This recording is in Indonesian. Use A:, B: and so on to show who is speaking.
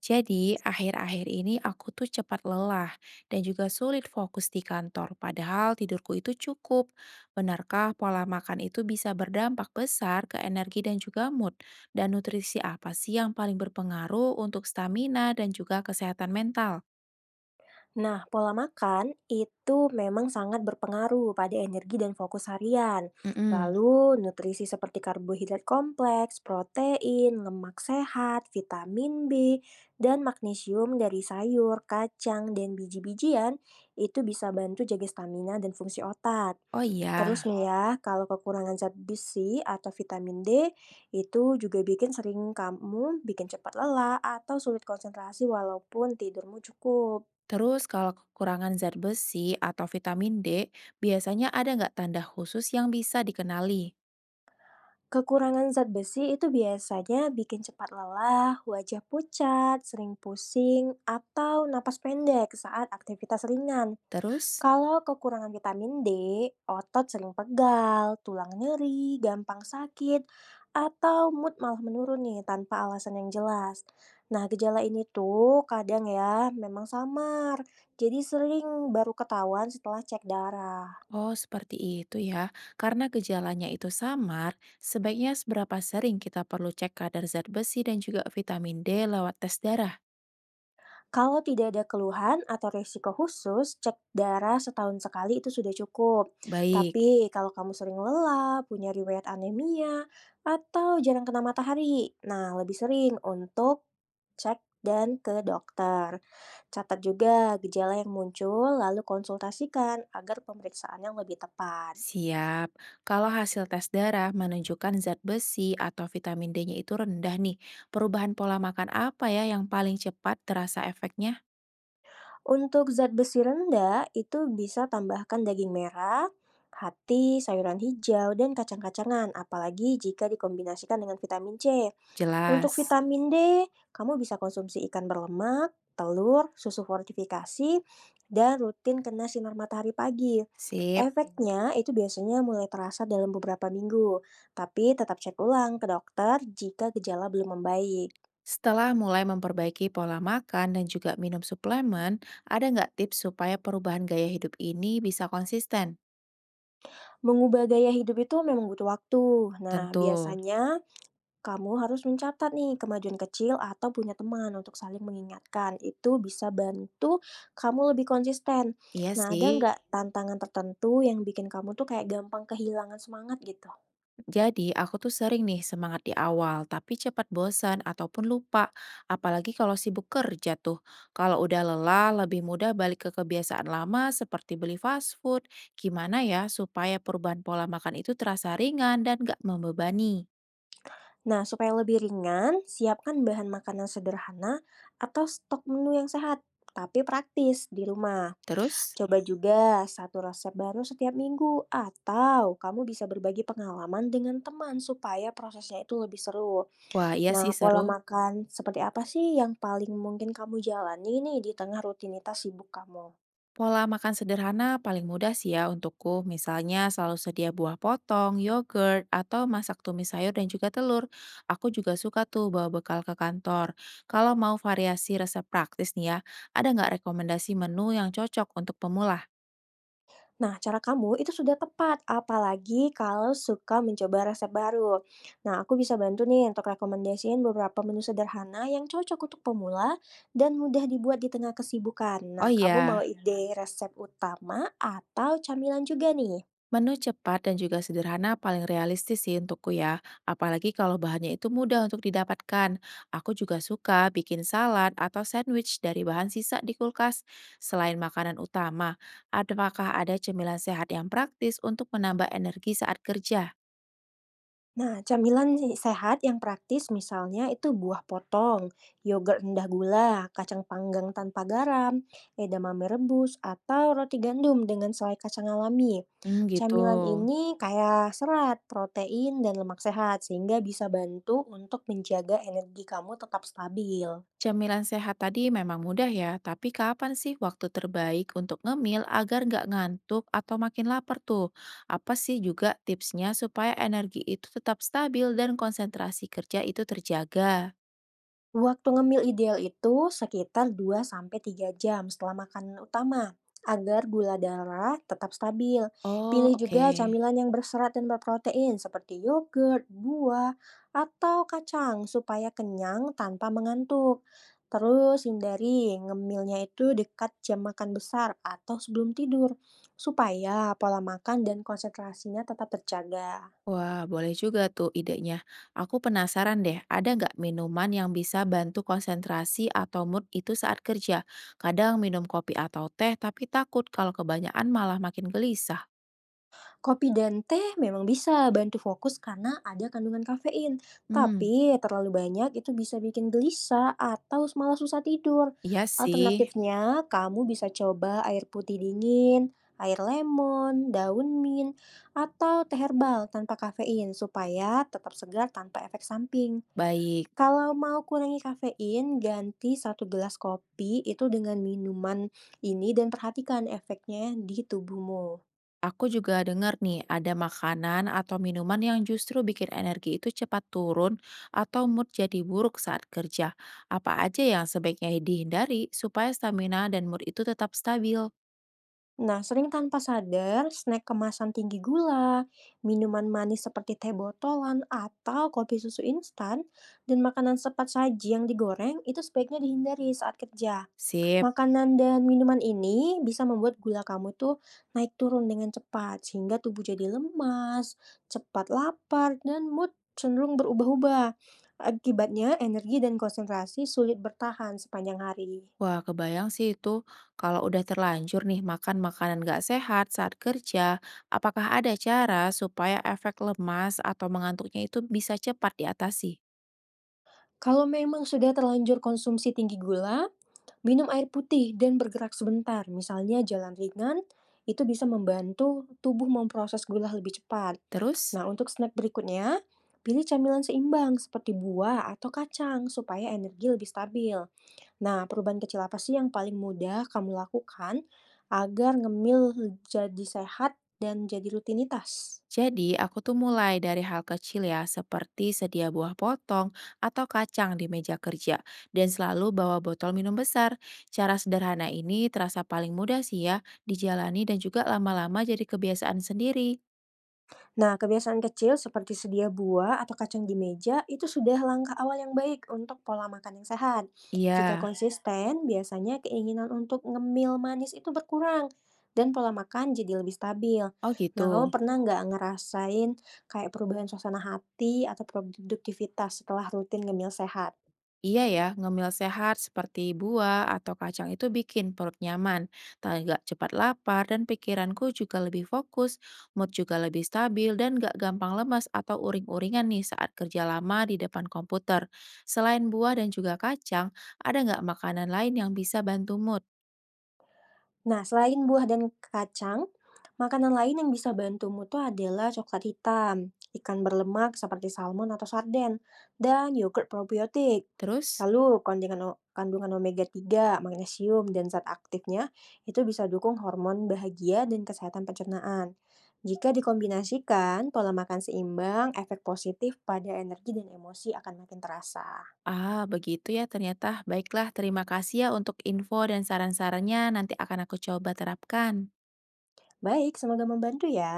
A: Jadi, akhir-akhir ini aku tuh cepat lelah dan juga sulit fokus di kantor, padahal tidurku itu cukup. Benarkah pola makan itu bisa berdampak besar ke energi dan juga mood? Dan nutrisi apa sih yang paling berpengaruh untuk stamina dan juga kesehatan mental?
B: Nah, pola makan itu memang sangat berpengaruh pada energi dan fokus harian.
A: Mm-mm.
B: Lalu, nutrisi seperti karbohidrat kompleks, protein, lemak sehat, vitamin B, dan magnesium dari sayur, kacang, dan biji-bijian itu bisa bantu jaga stamina dan fungsi otak.
A: Oh
B: Terus
A: iya,
B: nih ya, kalau kekurangan zat besi atau vitamin D itu juga bikin sering kamu bikin cepat lelah atau sulit konsentrasi walaupun tidurmu cukup.
A: terus kalau kekurangan zat besi atau vitamin D, biasanya ada nggak tanda khusus yang bisa dikenali?
B: Kekurangan zat besi itu biasanya bikin cepat lelah, wajah pucat, sering pusing, atau napas pendek saat aktivitas ringan.
A: Terus?
B: Kalau kekurangan vitamin D, otot sering pegal, tulang nyeri, gampang sakit, atau mood malah menurun nih tanpa alasan yang jelas. Nah, gejala ini tuh kadang ya memang samar, jadi sering baru ketahuan setelah cek darah.
A: Oh, seperti itu ya. Karena gejalanya itu samar, sebaiknya seberapa sering kita perlu cek kadar zat besi dan juga vitamin D lewat tes darah?
B: Kalau tidak ada keluhan atau resiko khusus, cek darah setahun sekali itu sudah cukup.
A: Baik,
B: Tapi kalau kamu sering lelah, punya riwayat anemia, atau jarang kena matahari, nah lebih sering untuk cek dan ke dokter. Catat juga gejala yang muncul, lalu konsultasikan agar pemeriksaan yang lebih tepat.
A: siap. Kalau hasil tes darah menunjukkan zat besi atau vitamin D-nya itu rendah nih, perubahan pola makan apa ya yang paling cepat terasa efeknya?
B: Untuk zat besi rendah, itu bisa tambahkan daging merah, hati, sayuran hijau, dan kacang-kacangan, apalagi jika dikombinasikan dengan vitamin C. Untuk
A: Jelas.
B: vitamin D, kamu bisa konsumsi ikan berlemak, telur, susu fortifikasi, dan rutin kena sinar matahari pagi.
A: Sip.
B: Efeknya itu biasanya mulai terasa dalam beberapa minggu, tapi tetap cek ulang ke dokter jika gejala belum membaik.
A: Setelah mulai memperbaiki pola makan dan juga minum suplemen, ada nggak tips supaya perubahan gaya hidup ini bisa konsisten?
B: Mengubah gaya hidup itu memang butuh waktu. Nah,
A: Tentu.
B: biasanya kamu harus mencatat nih kemajuan kecil atau punya teman untuk saling mengingatkan. Itu bisa bantu kamu lebih konsisten.
A: Iya
B: Nah, ada
A: sih,
B: nggak tantangan tertentu yang bikin kamu tuh kayak gampang kehilangan semangat gitu?
A: jadi aku tuh sering nih semangat di awal, tapi cepat bosan ataupun lupa, apalagi kalau sibuk kerja tuh. Kalau udah lelah, lebih mudah balik ke kebiasaan lama seperti beli fast food. Gimana ya supaya perubahan pola makan itu terasa ringan dan gak membebani?
B: Nah, supaya lebih ringan, siapkan bahan makanan sederhana atau stok menu yang sehat, tapi praktis di rumah.
A: Terus?
B: Coba juga satu resep baru setiap minggu, atau kamu bisa berbagi pengalaman dengan teman supaya prosesnya itu lebih seru.
A: Wah, iya sih
B: Nah, pola
A: seru.
B: makan seperti apa sih yang paling mungkin kamu jalani nih di tengah rutinitas sibuk kamu?
A: Pola makan sederhana paling mudah sih ya untukku. Misalnya selalu sedia buah potong, yogurt, atau masak tumis sayur dan juga telur. Aku juga suka tuh bawa bekal ke kantor. Kalau mau variasi resep praktis nih ya, ada nggak rekomendasi menu yang cocok untuk pemula?
B: Nah, cara kamu itu sudah tepat, apalagi kalau suka mencoba resep baru. Nah, aku bisa bantu nih untuk rekomendasiin beberapa menu sederhana yang cocok untuk pemula dan mudah dibuat di tengah kesibukan.
A: Oh
B: Nah, kamu mau
A: iya,
B: ide resep utama atau camilan juga nih?
A: menu cepat dan juga sederhana paling realistis sih untukku ya, apalagi kalau bahannya itu mudah untuk didapatkan. Aku juga suka bikin salad atau sandwich dari bahan sisa di kulkas. Selain makanan utama, apakah ada cemilan sehat yang praktis untuk menambah energi saat kerja?
B: Nah, camilan si sehat yang praktis misalnya itu buah potong, yogurt rendah gula, kacang panggang tanpa garam, edamame rebus, atau roti gandum dengan selai kacang alami.
A: Hmm, gitu.
B: Camilan ini kaya serat, protein, dan lemak sehat sehingga bisa bantu untuk menjaga energi kamu tetap stabil.
A: Camilan sehat tadi memang mudah ya, tapi kapan sih waktu terbaik untuk ngemil agar nggak ngantuk atau makin lapar tuh? Apa sih juga tipsnya supaya energi itu tetap stabil dan konsentrasi kerja itu terjaga?
B: Waktu ngemil ideal itu sekitar 2 sampai 3 jam setelah makanan utama, agar gula darah tetap stabil.
A: Oh,
B: Pilih
A: oke.
B: juga camilan yang berserat dan berprotein seperti yogurt, buah, atau kacang supaya kenyang tanpa mengantuk. Terus hindari ngemilnya itu dekat jam makan besar atau sebelum tidur, supaya pola makan dan konsentrasinya tetap terjaga.
A: Wah, boleh juga tuh idenya. Aku penasaran deh, ada nggak minuman yang bisa bantu konsentrasi atau mood itu saat kerja? Kadang minum kopi atau teh, tapi takut kalau kebanyakan malah makin gelisah.
B: Kopi dan teh memang bisa bantu fokus karena ada kandungan kafein,
A: Hmm,
B: tapi terlalu banyak itu bisa bikin gelisah atau malah susah tidur.
A: iya sih.
B: Alternatifnya, kamu bisa coba air putih dingin, air lemon, daun mint, atau teh herbal tanpa kafein supaya tetap segar tanpa efek samping.
A: Baik.
B: Kalau mau kurangi kafein, ganti satu gelas kopi itu dengan minuman ini dan perhatikan efeknya di tubuhmu.
A: Aku juga dengar nih, ada makanan atau minuman yang justru bikin energi itu cepat turun atau mood jadi buruk saat kerja. Apa aja yang sebaiknya dihindari supaya stamina dan mood itu tetap stabil?
B: Nah, sering tanpa sadar, snack kemasan tinggi gula, minuman manis seperti teh botolan atau kopi susu instan, dan makanan cepat saji yang digoreng itu sebaiknya dihindari saat kerja.
A: Sip.
B: Makanan dan minuman ini bisa membuat gula kamu tuh naik turun dengan cepat, sehingga tubuh jadi lemas, cepat lapar, dan mood cenderung berubah-ubah. Akibatnya, energi dan konsentrasi sulit bertahan sepanjang hari.
A: Wah, kebayang sih itu. Kalau udah terlanjur nih makan makanan gak sehat saat kerja, apakah ada cara supaya efek lemas atau mengantuknya itu bisa cepat diatasi?
B: Kalau memang sudah terlanjur konsumsi tinggi gula, minum air putih dan bergerak sebentar, misalnya jalan ringan, itu bisa membantu tubuh memproses gula lebih cepat.
A: Terus?
B: Nah, untuk snack berikutnya, pilih camilan seimbang seperti buah atau kacang supaya energi lebih stabil. Nah, perubahan kecil apa sih yang paling mudah kamu lakukan agar ngemil jadi sehat dan jadi rutinitas?
A: Jadi, aku tuh mulai dari hal kecil ya, seperti sedia buah potong atau kacang di meja kerja, dan selalu bawa botol minum besar. Cara sederhana ini terasa paling mudah sih ya, dijalani dan juga lama-lama jadi kebiasaan sendiri.
B: Nah, kebiasaan kecil seperti sedia buah atau kacang di meja itu sudah langkah awal yang baik untuk pola makan yang sehat. Jika
A: Iya,
B: konsisten, biasanya keinginan untuk ngemil manis itu berkurang dan pola makan jadi lebih stabil.
A: oh
B: Nah, kamu
A: gitu.
B: pernah nggak ngerasain kayak perubahan suasana hati atau produktivitas setelah rutin ngemil sehat?
A: Iya ya, ngemil sehat seperti buah atau kacang itu bikin perut nyaman, tak nggak cepat lapar, dan pikiranku juga lebih fokus, mood juga lebih stabil, dan nggak gampang lemas atau uring-uringan nih saat kerja lama di depan komputer. Selain buah dan juga kacang, ada nggak makanan lain yang bisa bantu mood?
B: Nah, selain buah dan kacang, makanan lain yang bisa bantumu tuh adalah coklat hitam, ikan berlemak seperti salmon atau sarden, dan yogurt probiotik.
A: Terus,
B: Lalu, kandungan omega-3, magnesium, dan zat aktifnya itu bisa dukung hormon bahagia dan kesehatan pencernaan. Jika dikombinasikan, pola makan seimbang, efek positif pada energi dan emosi akan makin terasa.
A: ah begitu ya ternyata. Baiklah, terima kasih ya untuk info dan saran-sarannya, nanti akan aku coba terapkan.
B: Baik, semoga membantu ya.